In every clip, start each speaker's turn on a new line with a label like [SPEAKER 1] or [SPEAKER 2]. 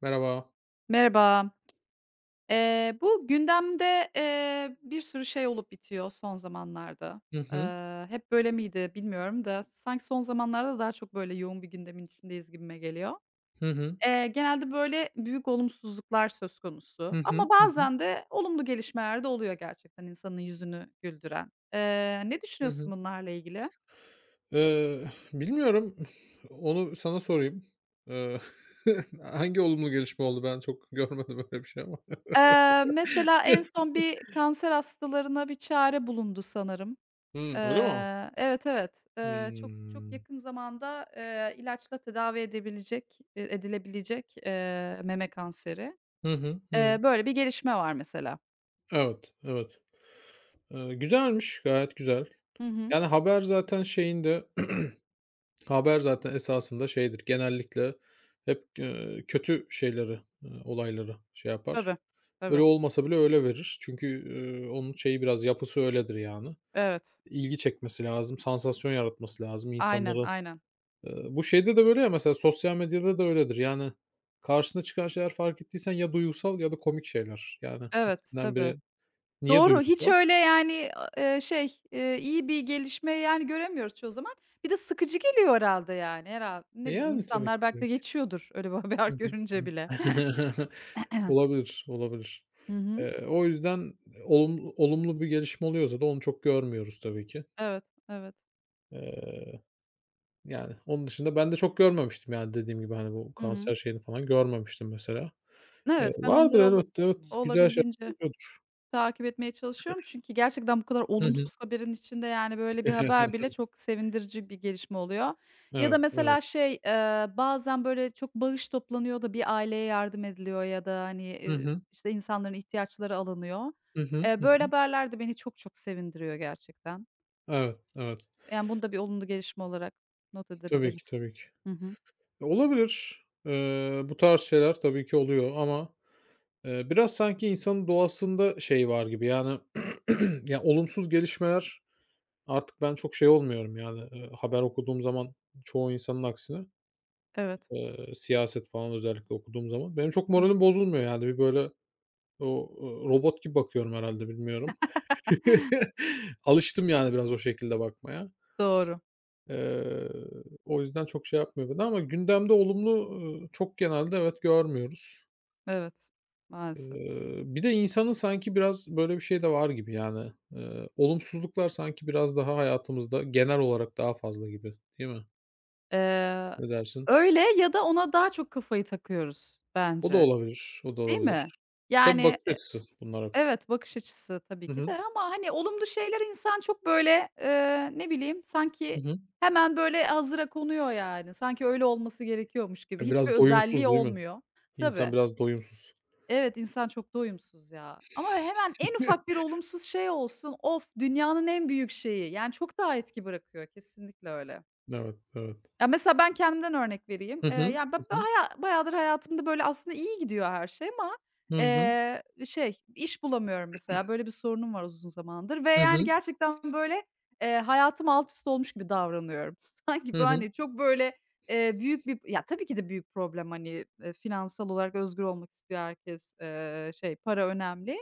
[SPEAKER 1] Merhaba.
[SPEAKER 2] Merhaba. Bu gündemde, bir sürü şey olup bitiyor son zamanlarda.
[SPEAKER 1] Hı hı.
[SPEAKER 2] Hep böyle miydi bilmiyorum da sanki son zamanlarda daha çok böyle yoğun bir gündemin içindeyiz gibime geliyor.
[SPEAKER 1] Hı hı.
[SPEAKER 2] Genelde böyle büyük olumsuzluklar söz konusu
[SPEAKER 1] Hı
[SPEAKER 2] ama
[SPEAKER 1] hı. Hı hı.
[SPEAKER 2] bazen de olumlu gelişmeler de oluyor gerçekten insanın yüzünü güldüren. Ne
[SPEAKER 1] Hı
[SPEAKER 2] düşünüyorsun
[SPEAKER 1] hı.
[SPEAKER 2] bunlarla ilgili?
[SPEAKER 1] Bilmiyorum. Onu sana sorayım. Eee, Hangi olumlu gelişme oldu? Ben çok görmedim öyle bir şey ama.
[SPEAKER 2] Mesela en son bir kanser hastalarına bir çare bulundu sanırım.
[SPEAKER 1] Hımm, öyle mi?
[SPEAKER 2] Evet, evet. Çok çok
[SPEAKER 1] Hımm.
[SPEAKER 2] yakın zamanda, ilaçla tedavi edebilecek edilebilecek, meme kanseri.
[SPEAKER 1] Hı. Hı hı.
[SPEAKER 2] Böyle bir gelişme var mesela.
[SPEAKER 1] Evet, evet. Güzelmiş, gayet güzel.
[SPEAKER 2] Hı hı.
[SPEAKER 1] Yani, haber zaten şeyinde haber zaten esasında şeydir, genellikle hep, kötü şeyleri, olayları şey yapar.
[SPEAKER 2] Tabii,
[SPEAKER 1] Öyle
[SPEAKER 2] tabii.
[SPEAKER 1] olmasa bile öyle verir. Çünkü, onun şeyi biraz yapısı öyledir yani.
[SPEAKER 2] Evet.
[SPEAKER 1] İlgi çekmesi lazım, sansasyon yaratması lazım
[SPEAKER 2] Aynen,
[SPEAKER 1] insanları.
[SPEAKER 2] aynen.
[SPEAKER 1] Bu şeyde de böyle ya, mesela sosyal medyada da öyledir. Yani karşına çıkan şeyler, fark ettiysen, ya duygusal ya da komik şeyler. Yani
[SPEAKER 2] Evet,
[SPEAKER 1] ikisinden
[SPEAKER 2] tabii.
[SPEAKER 1] biri. Niye
[SPEAKER 2] Doğru, hiç
[SPEAKER 1] duygusal?
[SPEAKER 2] öyle yani, şey, iyi bir gelişme yani göremiyoruz çoğu zaman. Bir de sıkıcı geliyor herhâlde yani. Ne bileyim
[SPEAKER 1] Yani tabii ki,
[SPEAKER 2] insanlar belki de
[SPEAKER 1] tabii ki.
[SPEAKER 2] geçiyordur öyle bir haber
[SPEAKER 1] Hı hı.
[SPEAKER 2] görünce bile.
[SPEAKER 1] Hı. Olabilir, olabilir.
[SPEAKER 2] Hı hı.
[SPEAKER 1] O yüzden olumlu bir gelişme oluyorsa da onu çok görmüyoruz tabii ki.
[SPEAKER 2] Evet, evet.
[SPEAKER 1] Eee Yani, onun dışında ben de çok görmemiştim, yani, dediğim gibi, hani, bu
[SPEAKER 2] Hı hı.
[SPEAKER 1] kanser şeyini falan görmemiştim mesela.
[SPEAKER 2] Evet, ben
[SPEAKER 1] Vardır
[SPEAKER 2] onları
[SPEAKER 1] elbette, evet. Güzel şeyler
[SPEAKER 2] olabildiğince
[SPEAKER 1] oluyordur.
[SPEAKER 2] takip etmeye çalışıyorum. Çünkü gerçekten bu kadar
[SPEAKER 1] Hı hı.
[SPEAKER 2] olumsuz haberin içinde, yani, böyle bir haber bile çok sevindirici bir gelişme oluyor. Ya da
[SPEAKER 1] Evet, evet.
[SPEAKER 2] mesela şey, bazen böyle çok bağış toplanıyor da bir aileye yardım ediliyor ya da, hani,
[SPEAKER 1] Hı hı.
[SPEAKER 2] işte, insanların ihtiyaçları alınıyor.
[SPEAKER 1] Hı hı. Hı
[SPEAKER 2] Böyle
[SPEAKER 1] hı.
[SPEAKER 2] haberler de beni çok çok sevindiriyor gerçekten.
[SPEAKER 1] Evet, evet.
[SPEAKER 2] Yani, bunu da bir olumlu gelişme olarak not
[SPEAKER 1] Tabii ki,
[SPEAKER 2] edebiliriz.
[SPEAKER 1] tabii ki.
[SPEAKER 2] Hı hı.
[SPEAKER 1] Olabilir. Bu tarz şeyler tabii ki oluyor ama, biraz sanki insanın doğasında şey var gibi, yani, ya, olumsuz gelişmeler artık ben çok şey olmuyorum, yani, haber okuduğum zaman, çoğu insanın aksine.
[SPEAKER 2] Evet.
[SPEAKER 1] Siyaset falan özellikle okuduğum zaman. Benim çok
[SPEAKER 2] Hı.
[SPEAKER 1] moralim bozulmuyor yani. Bir böyle o, robot gibi bakıyorum herhâlde, bilmiyorum. Alıştım yani biraz o şekilde bakmaya.
[SPEAKER 2] Doğru.
[SPEAKER 1] Eee, O yüzden çok şey yapmıyor beni, ama gündemde olumlu, çok, genelde evet görmüyoruz.
[SPEAKER 2] Evet. Maalesef.
[SPEAKER 1] Bir de insanın sanki biraz böyle bir şey de var gibi yani. Olumsuzluklar sanki biraz daha hayatımızda genel olarak daha fazla gibi, değil mi?
[SPEAKER 2] Eee,
[SPEAKER 1] Ne dersin?
[SPEAKER 2] Öyle ya da ona daha çok kafayı takıyoruz
[SPEAKER 1] O da
[SPEAKER 2] bence,
[SPEAKER 1] olabilir, o da
[SPEAKER 2] değil mi?
[SPEAKER 1] olabilir. Tabii,
[SPEAKER 2] Yani,
[SPEAKER 1] bakış açısı bunlar hep.
[SPEAKER 2] evet, bakış açısı tabii
[SPEAKER 1] Hı
[SPEAKER 2] ki de
[SPEAKER 1] hı.
[SPEAKER 2] ama, hani, olumlu şeyler insan çok böyle, ne bileyim,
[SPEAKER 1] Hı
[SPEAKER 2] sanki
[SPEAKER 1] hı.
[SPEAKER 2] hemen böyle hazıra konuyor yani. Sanki öyle olması gerekiyormuş gibi. Hiçbir
[SPEAKER 1] Biraz
[SPEAKER 2] özelliği
[SPEAKER 1] doyumsuz değil mi?
[SPEAKER 2] olmuyor.
[SPEAKER 1] İnsan
[SPEAKER 2] Tabii.
[SPEAKER 1] biraz doyumsuz.
[SPEAKER 2] Evet, insan çok da uyumsuz ya. Ama hemen en ufak bir olumsuz şey olsun, of, dünyanın en büyük şeyi. Yani çok daha etki bırakıyor. Kesinlikle öyle.
[SPEAKER 1] Evet, evet.
[SPEAKER 2] Ya, mesela ben kendimden örnek vereyim.
[SPEAKER 1] Hı hı.
[SPEAKER 2] Ya, ben
[SPEAKER 1] Hı
[SPEAKER 2] baya bayağıdır hayatımda, böyle, aslında iyi gidiyor her şey ama,
[SPEAKER 1] hı.
[SPEAKER 2] şey, iş bulamıyorum mesela. Böyle bir sorunum var uzun zamandır ve,
[SPEAKER 1] Hı
[SPEAKER 2] yani,
[SPEAKER 1] hı.
[SPEAKER 2] gerçekten, böyle, hayatım alt üst olmuş gibi davranıyorum. Sanki,
[SPEAKER 1] Hı
[SPEAKER 2] böyle,
[SPEAKER 1] hı. Hı hı.
[SPEAKER 2] hani, çok, böyle, büyük bir ya, tabii ki de büyük problem, hani, finansal olarak özgür olmak istiyor herkes. Şey, para önemli.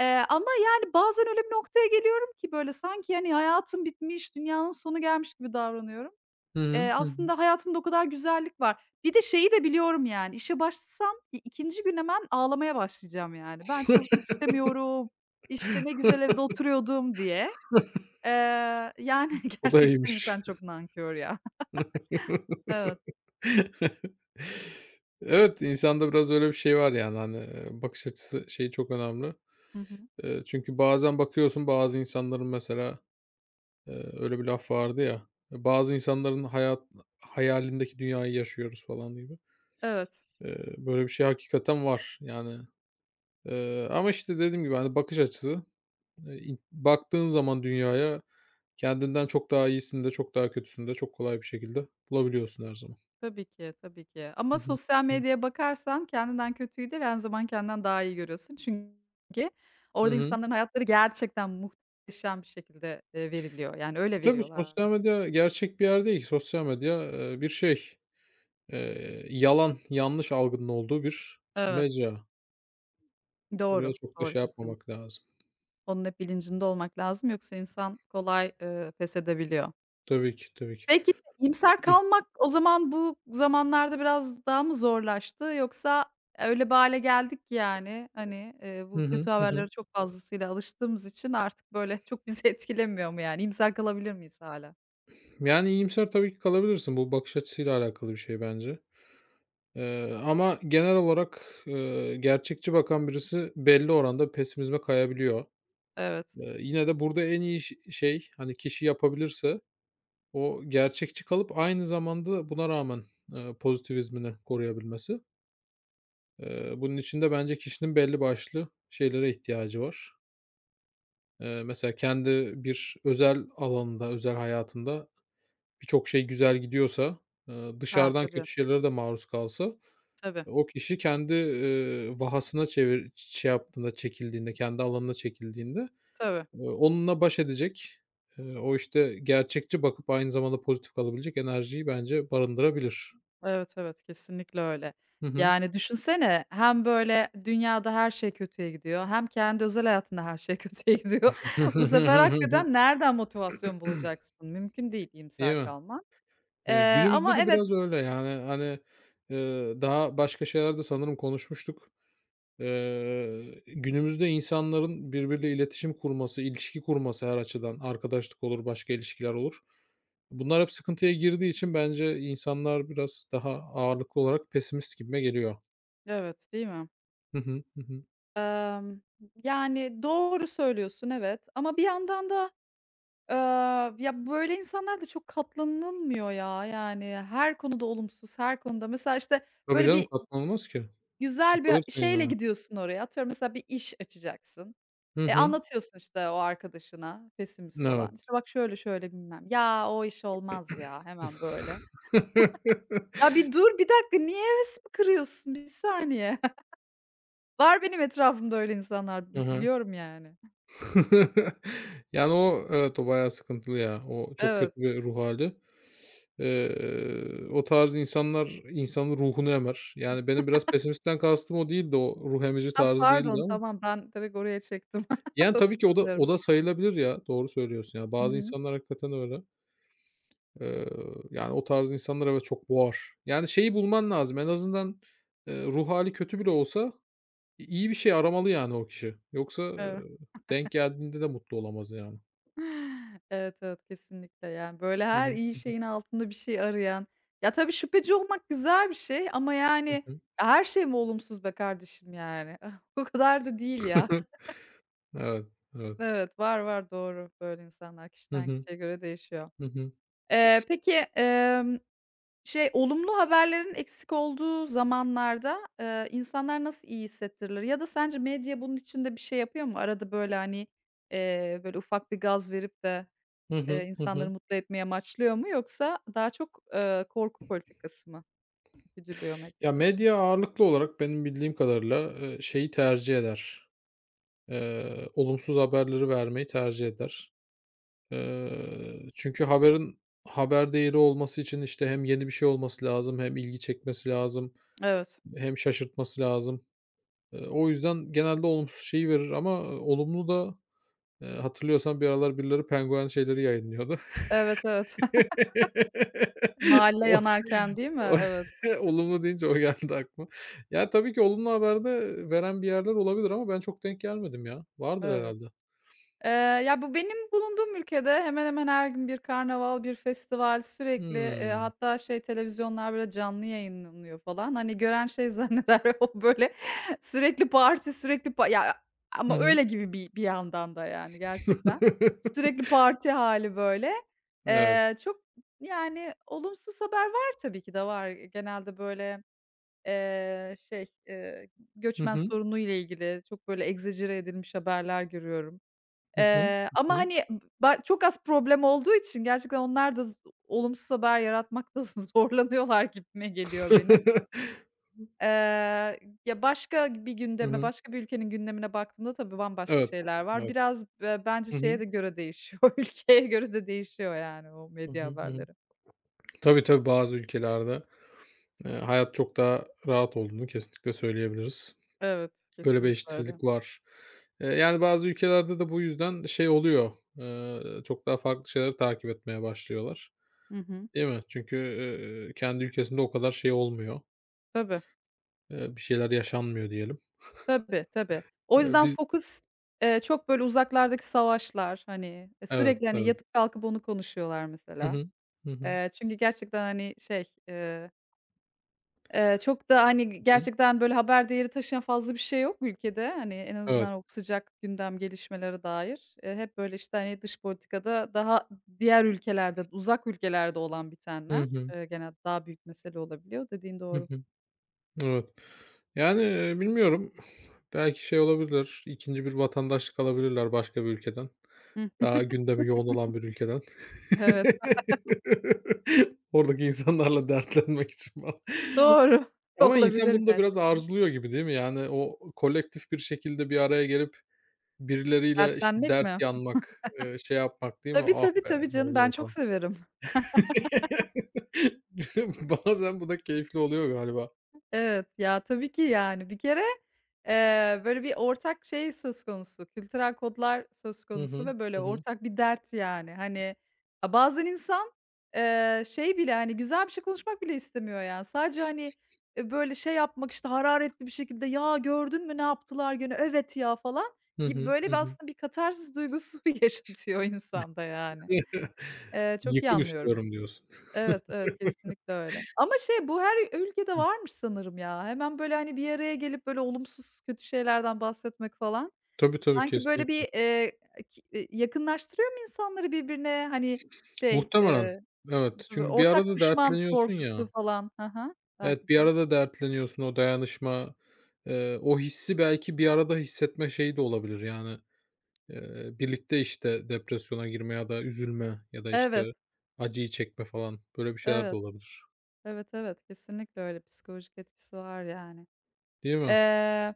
[SPEAKER 2] Ama, yani, bazen öyle bir noktaya geliyorum ki, böyle, sanki, hani, hayatım bitmiş, dünyanın sonu gelmiş gibi davranıyorum.
[SPEAKER 1] Hı hı. Hı hı.
[SPEAKER 2] Aslında hayatımda o kadar güzellik var. Bir de şeyi de biliyorum yani, işe başlasam ikinci gün hemen ağlamaya başlayacağım yani. Ben çalışmak istemiyorum, işte, ne güzel evde oturuyordum diye. Yani
[SPEAKER 1] O da
[SPEAKER 2] gerçekten
[SPEAKER 1] iyiymiş.
[SPEAKER 2] insan çok nankör ya. Evet.
[SPEAKER 1] Evet, insanda biraz öyle bir şey var yani, hani, bakış açısı şeyi çok önemli.
[SPEAKER 2] Hı hı.
[SPEAKER 1] Çünkü bazen bakıyorsun bazı insanların mesela, öyle bir laf vardı ya, bazı insanların hayalindeki dünyayı yaşıyoruz falan gibi.
[SPEAKER 2] Evet.
[SPEAKER 1] Böyle bir şey hakikaten var yani. Ama işte, dediğim gibi, hani, bakış açısı. İn Baktığın zaman dünyaya, kendinden çok daha iyisini de çok daha kötüsünü de çok kolay bir şekilde bulabiliyorsun her zaman.
[SPEAKER 2] Tabii ki, tabii ki. Ama
[SPEAKER 1] Hı hı.
[SPEAKER 2] sosyal
[SPEAKER 1] Hı.
[SPEAKER 2] medyaya bakarsan kendinden kötüyü değil, her zaman kendinden daha iyi görüyorsun. Çünkü
[SPEAKER 1] Hı
[SPEAKER 2] orada
[SPEAKER 1] hı.
[SPEAKER 2] insanların hayatları gerçekten muhteşem bir şekilde, veriliyor. Yani öyle
[SPEAKER 1] Tabii,
[SPEAKER 2] veriyorlar.
[SPEAKER 1] sosyal medya gerçek bir yer değil ki. Sosyal medya, bir şey, yalan, yanlış algının olduğu bir
[SPEAKER 2] Evet.
[SPEAKER 1] mecra. Oraya
[SPEAKER 2] Doğru,
[SPEAKER 1] çok da
[SPEAKER 2] doğru
[SPEAKER 1] şey yapmamak
[SPEAKER 2] kesinlikle.
[SPEAKER 1] lazım.
[SPEAKER 2] Onun hep bilincinde olmak lazım yoksa insan kolay, pes edebiliyor.
[SPEAKER 1] Tabii ki, tabii ki.
[SPEAKER 2] Peki, iyimser
[SPEAKER 1] Hıh.
[SPEAKER 2] kalmak o zaman bu zamanlarda biraz daha mı zorlaştı yoksa öyle bir hâle geldik ki yani, hani, bu
[SPEAKER 1] Hı hı.
[SPEAKER 2] kötü
[SPEAKER 1] Hı hı.
[SPEAKER 2] haberlere çok fazlasıyla alıştığımız için artık böyle çok bizi etkilemiyor mu yani? İyimser kalabilir miyiz hâlâ?
[SPEAKER 1] Yani iyimser tabii ki kalabilirsin. Bu bakış açısıyla alakalı bir şey bence. Ama genel olarak, gerçekçi bakan birisi belli oranda pesimizme kayabiliyor.
[SPEAKER 2] Evet.
[SPEAKER 1] Yine de burada en iyi şey, hani, kişi yapabilirse o gerçekçi kalıp aynı zamanda buna rağmen, pozitivizmini koruyabilmesi. Bunun için de bence kişinin belli başlı şeylere ihtiyacı var. Mesela kendi bir özel alanında, özel hayatında birçok şey güzel gidiyorsa,
[SPEAKER 2] A,
[SPEAKER 1] dışarıdan
[SPEAKER 2] tabii,
[SPEAKER 1] kötü şeylere de maruz kalsa,
[SPEAKER 2] tabii,
[SPEAKER 1] o kişi kendi, vahasına şey yaptığında, çekildiğinde, kendi alanına çekildiğinde,
[SPEAKER 2] tabii.
[SPEAKER 1] Onunla baş edecek, o, işte, gerçekçi bakıp aynı zamanda pozitif kalabilecek enerjiyi bence barındırabilir.
[SPEAKER 2] Evet, evet, kesinlikle öyle.
[SPEAKER 1] Hı hı.
[SPEAKER 2] Yani düşünsene hem böyle dünyada her şey kötüye gidiyor hem kendi özel hayatında her şey kötüye gidiyor. Bu sefer hakikaten nereden motivasyon bulacaksın? Mümkün değil
[SPEAKER 1] Değil
[SPEAKER 2] iyimser
[SPEAKER 1] mi?
[SPEAKER 2] kalman.
[SPEAKER 1] Değil mi? Günümüzde
[SPEAKER 2] Ama
[SPEAKER 1] de
[SPEAKER 2] evet.
[SPEAKER 1] biraz öyle, yani, hani, daha başka şeylerde sanırım konuşmuştuk. Günümüzde insanların birbiriyle iletişim kurması, ilişki kurması her açıdan, arkadaşlık olur, başka ilişkiler olur. Bunlar hep sıkıntıya girdiği için bence insanlar biraz daha ağırlıklı olarak pesimist gibime geliyor.
[SPEAKER 2] Evet, değil mi?
[SPEAKER 1] Hı hı. Hı hı.
[SPEAKER 2] Emm, yani doğru söylüyorsun, evet. Ama bir yandan da, eee, ya, böyle insanlar da çok katlanılmıyor ya. Yani her konuda olumsuz, her konuda. Mesela, işte,
[SPEAKER 1] Tabii
[SPEAKER 2] böyle
[SPEAKER 1] canım,
[SPEAKER 2] bir
[SPEAKER 1] katman olmaz ki.
[SPEAKER 2] güzel bir
[SPEAKER 1] Sıkılırsın
[SPEAKER 2] şeyle
[SPEAKER 1] yani.
[SPEAKER 2] gidiyorsun oraya. Atıyorum mesela bir iş açacaksın.
[SPEAKER 1] Hı
[SPEAKER 2] E,
[SPEAKER 1] hı.
[SPEAKER 2] anlatıyorsun işte o arkadaşına pesimist olan. İşte
[SPEAKER 1] Evet.
[SPEAKER 2] bak şöyle şöyle bilmem. Ya o iş olmaz ya hemen böyle. Ya bir dur bir dakika niye hevesimi kırıyorsun? Bir saniye. Var benim etrafımda öyle insanlar
[SPEAKER 1] Hı hı.
[SPEAKER 2] biliyorum yani.
[SPEAKER 1] Yani o evet, o bayağı sıkıntılı ya. O çok kötü
[SPEAKER 2] Evet.
[SPEAKER 1] bir ruh hâli. O tarz insanlar insanın ruhunu emer. Yani benim biraz pesimistten kastım o değildi, o ruh emici
[SPEAKER 2] Ha,
[SPEAKER 1] tarzı değildi
[SPEAKER 2] pardon
[SPEAKER 1] ama.
[SPEAKER 2] tamam ben direkt oraya çektim.
[SPEAKER 1] Yani tabii ki o
[SPEAKER 2] Özür
[SPEAKER 1] da
[SPEAKER 2] dilerim.
[SPEAKER 1] o da sayılabilir ya. Doğru söylüyorsun ya.
[SPEAKER 2] Hı
[SPEAKER 1] Bazı
[SPEAKER 2] hı.
[SPEAKER 1] insanlar hakikaten öyle. Eee, Yani o tarz insanlar evet çok boğar. Yani şeyi bulman lazım en azından, ruh hali kötü bile olsa iyi bir şey aramalı yani o kişi. Yoksa,
[SPEAKER 2] Evet.
[SPEAKER 1] denk geldiğinde de mutlu olamaz yani.
[SPEAKER 2] Evet, evet, kesinlikle, yani, böyle,
[SPEAKER 1] Hı
[SPEAKER 2] her
[SPEAKER 1] hı,
[SPEAKER 2] iyi
[SPEAKER 1] hı
[SPEAKER 2] şeyin altında bir şey arayan. Ya, tabii şüpheci olmak güzel bir şey ama,
[SPEAKER 1] hı,
[SPEAKER 2] yani,
[SPEAKER 1] hı hı.
[SPEAKER 2] her şey mi olumsuz be kardeşim, yani? O kadar da değil ya.
[SPEAKER 1] Evet, evet.
[SPEAKER 2] Evet, var, var, doğru. Böyle insanlar
[SPEAKER 1] Hı
[SPEAKER 2] kişiden
[SPEAKER 1] hı,
[SPEAKER 2] kişiye göre değişiyor.
[SPEAKER 1] hı hı,
[SPEAKER 2] Peki, şey, olumlu haberlerin eksik olduğu zamanlarda, insanlar nasıl iyi hissettirilir ya da sence medya bunun için de bir şey yapıyor mu? Arada, böyle, hani, böyle, ufak bir gaz verip de
[SPEAKER 1] hı hı, hı
[SPEAKER 2] İnsanları
[SPEAKER 1] hı.
[SPEAKER 2] mutlu etmeye amaçlıyor mu yoksa daha çok, korku politikası mı güdülüyor
[SPEAKER 1] Ya,
[SPEAKER 2] medyada?
[SPEAKER 1] medya ağırlıklı olarak benim bildiğim kadarıyla, şeyi tercih eder, olumsuz haberleri vermeyi tercih eder. Çünkü haberin haber değeri olması için, işte, hem yeni bir şey olması lazım, hem ilgi çekmesi lazım,
[SPEAKER 2] Evet.
[SPEAKER 1] hem şaşırtması lazım. O yüzden genelde olumsuz şeyi verir, ama olumlu da, hatırlıyorsan, bir aralar birileri penguen şeyleri yayınlıyordu.
[SPEAKER 2] Evet, evet. Mahalle
[SPEAKER 1] O
[SPEAKER 2] yanarken değil mi?
[SPEAKER 1] o
[SPEAKER 2] Evet,
[SPEAKER 1] Olumlu deyince o geldi aklıma. Ya, tabii ki olumlu haber de veren bir yerler olabilir ama ben çok denk gelmedim ya. Vardır
[SPEAKER 2] evet.
[SPEAKER 1] herhâlde.
[SPEAKER 2] Eee, Ya, bu benim bulunduğum ülkede hemen hemen her gün bir karnaval, bir festival sürekli,
[SPEAKER 1] Hımm.
[SPEAKER 2] hatta şey televizyonlar böyle canlı yayınlanıyor falan. Hani, gören şey zanneder o böyle sürekli parti, sürekli pa ya,
[SPEAKER 1] Hı
[SPEAKER 2] ama
[SPEAKER 1] hı.
[SPEAKER 2] öyle gibi bir yandan da yani gerçekten. Sürekli parti hali böyle.
[SPEAKER 1] Evet.
[SPEAKER 2] Çok, yani, olumsuz haber var tabii ki de var. Genelde böyle, eee, şey, eee, göçmen sorunu ile ilgili çok böyle egzajere edilmiş haberler görüyorum.
[SPEAKER 1] Hı hı. Hı
[SPEAKER 2] Ama,
[SPEAKER 1] hı.
[SPEAKER 2] hani, çok az problem olduğu için gerçekten onlar da olumsuz haber yaratmakta zorlanıyorlar gibime geliyor benim. Eee, Ya, başka bir
[SPEAKER 1] Hı
[SPEAKER 2] gündeme,
[SPEAKER 1] hı.
[SPEAKER 2] başka bir ülkenin gündemine baktığımda tabii bambaşka
[SPEAKER 1] Evet,
[SPEAKER 2] şeyler var.
[SPEAKER 1] evet.
[SPEAKER 2] Biraz, bence
[SPEAKER 1] Hı hı.
[SPEAKER 2] şeye de göre değişiyor, ülkeye göre de değişiyor yani o
[SPEAKER 1] Hı
[SPEAKER 2] medya
[SPEAKER 1] hı, hı hı.
[SPEAKER 2] haberleri.
[SPEAKER 1] Tabii, tabii, bazı ülkelerde, hayat çok daha rahat olduğunu kesinlikle söyleyebiliriz.
[SPEAKER 2] Evet,
[SPEAKER 1] Böyle bir
[SPEAKER 2] kesinlikle öyle.
[SPEAKER 1] eşitsizlik var. Yani, bazı ülkelerde de bu yüzden şey oluyor, çok daha farklı şeyleri takip etmeye başlıyorlar,
[SPEAKER 2] Hı hı.
[SPEAKER 1] değil mi? Çünkü, kendi ülkesinde o kadar şey olmuyor,
[SPEAKER 2] Tabii,
[SPEAKER 1] bir şeyler yaşanmıyor diyelim.
[SPEAKER 2] tabii, tabii. O yüzden
[SPEAKER 1] Biz
[SPEAKER 2] fokus, çok böyle uzaklardaki savaşlar, hani, e,
[SPEAKER 1] Evet,
[SPEAKER 2] sürekli, hani,
[SPEAKER 1] evet.
[SPEAKER 2] yatıp kalkıp onu konuşuyorlar mesela.
[SPEAKER 1] Hı. Hı hı.
[SPEAKER 2] Çünkü gerçekten, hani, şey, çok da, hani,
[SPEAKER 1] Hı hı.
[SPEAKER 2] gerçekten böyle haber değeri taşıyan fazla bir şey yok ülkede. Hani, en azından
[SPEAKER 1] Evet.
[SPEAKER 2] o sıcak gündem gelişmelere dair. Hep böyle, işte, hani, dış politikada daha diğer ülkelerde, uzak ülkelerde olan
[SPEAKER 1] Hı
[SPEAKER 2] bitenler,
[SPEAKER 1] hı.
[SPEAKER 2] genelde daha büyük mesele olabiliyor. Dediğin
[SPEAKER 1] Hı
[SPEAKER 2] doğru.
[SPEAKER 1] hı. Evet. Yani, bilmiyorum. Belki şey olabilir, 2'nci bir vatandaşlık alabilirler başka bir ülkeden.
[SPEAKER 2] Hı.
[SPEAKER 1] Daha gündemi yoğun olan bir ülkeden.
[SPEAKER 2] Evet,
[SPEAKER 1] Oradaki insanlarla dertlenmek için falan.
[SPEAKER 2] doğru.
[SPEAKER 1] Ama insan
[SPEAKER 2] Olabilir
[SPEAKER 1] bunu da biraz
[SPEAKER 2] gerçekten.
[SPEAKER 1] arzuluyor gibi, değil mi? Yani o kolektif bir şekilde bir araya gelip birileriyle, işte,
[SPEAKER 2] Dertlenmek
[SPEAKER 1] dert
[SPEAKER 2] mi?
[SPEAKER 1] yanmak, şey yapmak, değil mi?
[SPEAKER 2] Tabii,
[SPEAKER 1] "Ah
[SPEAKER 2] tabii,
[SPEAKER 1] be,
[SPEAKER 2] tabii
[SPEAKER 1] ne
[SPEAKER 2] canım. Ben
[SPEAKER 1] oluyor?"
[SPEAKER 2] çok
[SPEAKER 1] falan.
[SPEAKER 2] severim.
[SPEAKER 1] Bazen bu da keyifli oluyor galiba.
[SPEAKER 2] Evet, ya, tabii ki, yani. Bir kere, böyle bir ortak şey söz konusu, kültürel kodlar söz
[SPEAKER 1] Hı
[SPEAKER 2] konusu
[SPEAKER 1] hı.
[SPEAKER 2] ve böyle
[SPEAKER 1] Hı hı.
[SPEAKER 2] ortak bir dert, yani. Hani, a, bazen insan, şey bile, hani, güzel bir şey konuşmak bile istemiyor, yani. Sadece, hani, böyle şey yapmak, işte, hararetli bir şekilde, "Ya, gördün mü ne yaptılar gene? Evet ya." falan
[SPEAKER 1] Hı
[SPEAKER 2] gibi
[SPEAKER 1] hı.
[SPEAKER 2] böyle
[SPEAKER 1] Hı
[SPEAKER 2] bir
[SPEAKER 1] hı.
[SPEAKER 2] aslında bir katarsis duygusu yaşatıyor insanda, yani. Çok iyi
[SPEAKER 1] Yıkım
[SPEAKER 2] anlıyorum.
[SPEAKER 1] istiyorum diyorsun.
[SPEAKER 2] Evet, evet, kesinlikle öyle. Ama şey, bu her ülkede
[SPEAKER 1] Hı.
[SPEAKER 2] varmış sanırım ya. Hemen, böyle, hani, bir araya gelip, böyle, olumsuz, kötü şeylerden bahsetmek falan
[SPEAKER 1] Tabii, tabii,
[SPEAKER 2] sanki, böyle,
[SPEAKER 1] kesinlikle.
[SPEAKER 2] bir, ki yakınlaştırıyor mu insanları birbirine? Hani, şey,
[SPEAKER 1] Muhtemelen. Evet,
[SPEAKER 2] böyle,
[SPEAKER 1] çünkü bir
[SPEAKER 2] ortak
[SPEAKER 1] arada
[SPEAKER 2] düşman
[SPEAKER 1] dertleniyorsun
[SPEAKER 2] korkusu
[SPEAKER 1] ya.
[SPEAKER 2] falan. Hı hı, belki
[SPEAKER 1] Evet, bir
[SPEAKER 2] de.
[SPEAKER 1] arada dertleniyorsun, o dayanışma, o hissi belki bir arada hissetme şeyi de olabilir yani, birlikte, işte, depresyona girme ya da üzülme ya da, işte,
[SPEAKER 2] Evet,
[SPEAKER 1] acıyı çekme falan, böyle bir şeyler de
[SPEAKER 2] evet,
[SPEAKER 1] olabilir,
[SPEAKER 2] evet, evet, kesinlikle öyle. Psikolojik etkisi var yani.
[SPEAKER 1] değil mi?
[SPEAKER 2] Eee,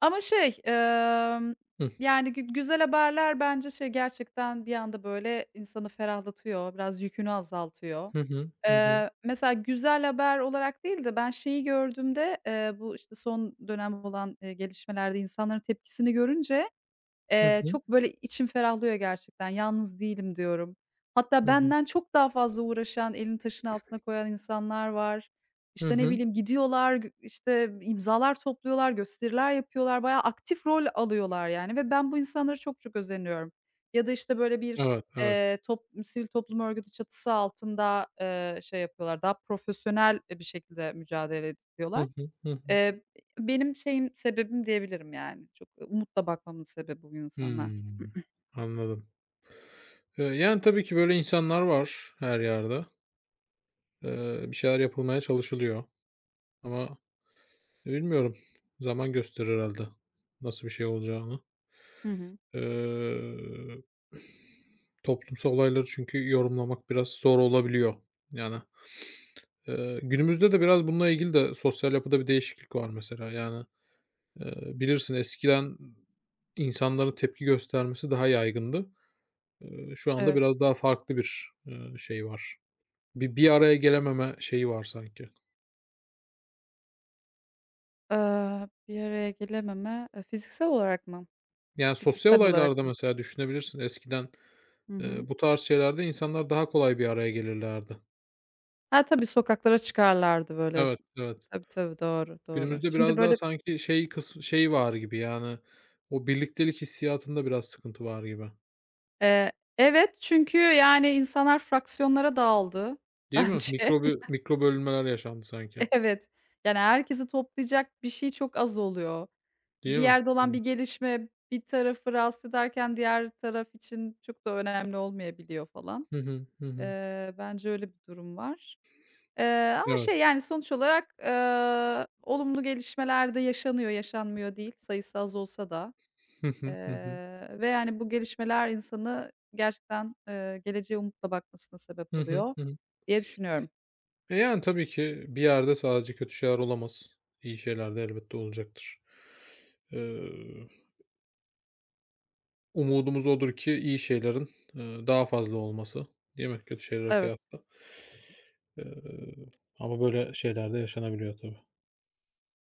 [SPEAKER 2] Ama şey,
[SPEAKER 1] Hıh.
[SPEAKER 2] yani, güzel haberler bence şey gerçekten bir anda, böyle, insanı ferahlatıyor, biraz yükünü azaltıyor.
[SPEAKER 1] Hı hı. Hı hı.
[SPEAKER 2] Mesela güzel haber olarak değil de ben şeyi gördüğümde, bu, işte, son dönem olan, gelişmelerde insanların tepkisini görünce.
[SPEAKER 1] Hı hı.
[SPEAKER 2] Çok böyle içim ferahlıyor gerçekten, "Yalnız değilim." diyorum. Hatta
[SPEAKER 1] Hı hı.
[SPEAKER 2] benden çok daha fazla uğraşan, elini taşın altına koyan insanlar var.
[SPEAKER 1] Hı
[SPEAKER 2] İşte, ne
[SPEAKER 1] hı.
[SPEAKER 2] bileyim, gidiyorlar, işte, imzalar topluyorlar, gösteriler yapıyorlar, bayağı aktif rol alıyorlar yani ve ben bu insanlara çok çok özeniyorum. Ya da, işte, böyle bir,
[SPEAKER 1] Evet, evet.
[SPEAKER 2] sivil toplum örgütü çatısı altında, şey yapıyorlar, daha profesyonel, bir şekilde mücadele
[SPEAKER 1] Hı
[SPEAKER 2] ediyorlar.
[SPEAKER 1] hı. Hı hı.
[SPEAKER 2] Eee, Benim şeyim, sebebim diyebilirim yani. Çok umutla bakmamın sebebi bu insanlar.
[SPEAKER 1] Hımm. Anladım. Yani, tabii ki böyle insanlar var her yerde. Bir şeyler yapılmaya çalışılıyor ama bilmiyorum, zaman gösterir herhâlde nasıl bir şey olacağını.
[SPEAKER 2] Hı hı.
[SPEAKER 1] Eee, Toplumsal olayları çünkü yorumlamak biraz zor olabiliyor. Yani, günümüzde de biraz bununla ilgili de sosyal yapıda bir değişiklik var mesela. Yani, bilirsin, eskiden insanların tepki göstermesi daha yaygındı. Şu anda
[SPEAKER 2] Evet.
[SPEAKER 1] biraz daha farklı bir, şey var. Bir araya gelememe şeyi var sanki.
[SPEAKER 2] Bir araya gelememe, fiziksel olarak mı?
[SPEAKER 1] Yani, sosyal
[SPEAKER 2] Fikirsel
[SPEAKER 1] olaylarda
[SPEAKER 2] olarak mı?
[SPEAKER 1] mesela düşünebilirsin. Eskiden,
[SPEAKER 2] Hı hı.
[SPEAKER 1] bu tarz şeylerde insanlar daha kolay bir araya gelirlerdi.
[SPEAKER 2] Ha, tabii sokaklara çıkarlardı böyle.
[SPEAKER 1] Evet, evet.
[SPEAKER 2] Tabii, tabii, doğru, doğru.
[SPEAKER 1] Günümüzde
[SPEAKER 2] Şimdi
[SPEAKER 1] biraz daha
[SPEAKER 2] böyle,
[SPEAKER 1] sanki şey kıs şey var gibi, yani, o birliktelik hissiyatında biraz sıkıntı var gibi.
[SPEAKER 2] eee evet, çünkü yani insanlar fraksiyonlara dağıldı
[SPEAKER 1] Değil mi?
[SPEAKER 2] bence.
[SPEAKER 1] Mikro bölünmeler yaşandı sanki.
[SPEAKER 2] Evet. Yani herkesi toplayacak bir şey çok az oluyor.
[SPEAKER 1] Değil
[SPEAKER 2] Bir
[SPEAKER 1] mi?
[SPEAKER 2] yerde olan
[SPEAKER 1] Hıı.
[SPEAKER 2] bir gelişme bir tarafı rahatsız ederken diğer taraf için çok da önemli olmayabiliyor falan.
[SPEAKER 1] Hı hı, hı hı.
[SPEAKER 2] Bence öyle bir durum var. Eee, Ama
[SPEAKER 1] Evet.
[SPEAKER 2] şey, yani, sonuç olarak, olumlu gelişmeler de yaşanıyor, yaşanmıyor değil sayısı az olsa da.
[SPEAKER 1] Hı hı, hı hı.
[SPEAKER 2] Ve, yani, bu gelişmeler insanı gerçekten, geleceğe umutla bakmasına sebep
[SPEAKER 1] Hı hı,
[SPEAKER 2] oluyor
[SPEAKER 1] hı hı.
[SPEAKER 2] diye düşünüyorum.
[SPEAKER 1] Yani, tabii ki bir yerde sadece kötü şeyler olamaz. İyi şeyler de elbette olacaktır. Eee Umudumuz odur ki iyi şeylerin, daha fazla olması, değil mi? Kötü şeylere
[SPEAKER 2] Evet.
[SPEAKER 1] kıyasla. Eee, Ama böyle şeyler de yaşanabiliyor tabii.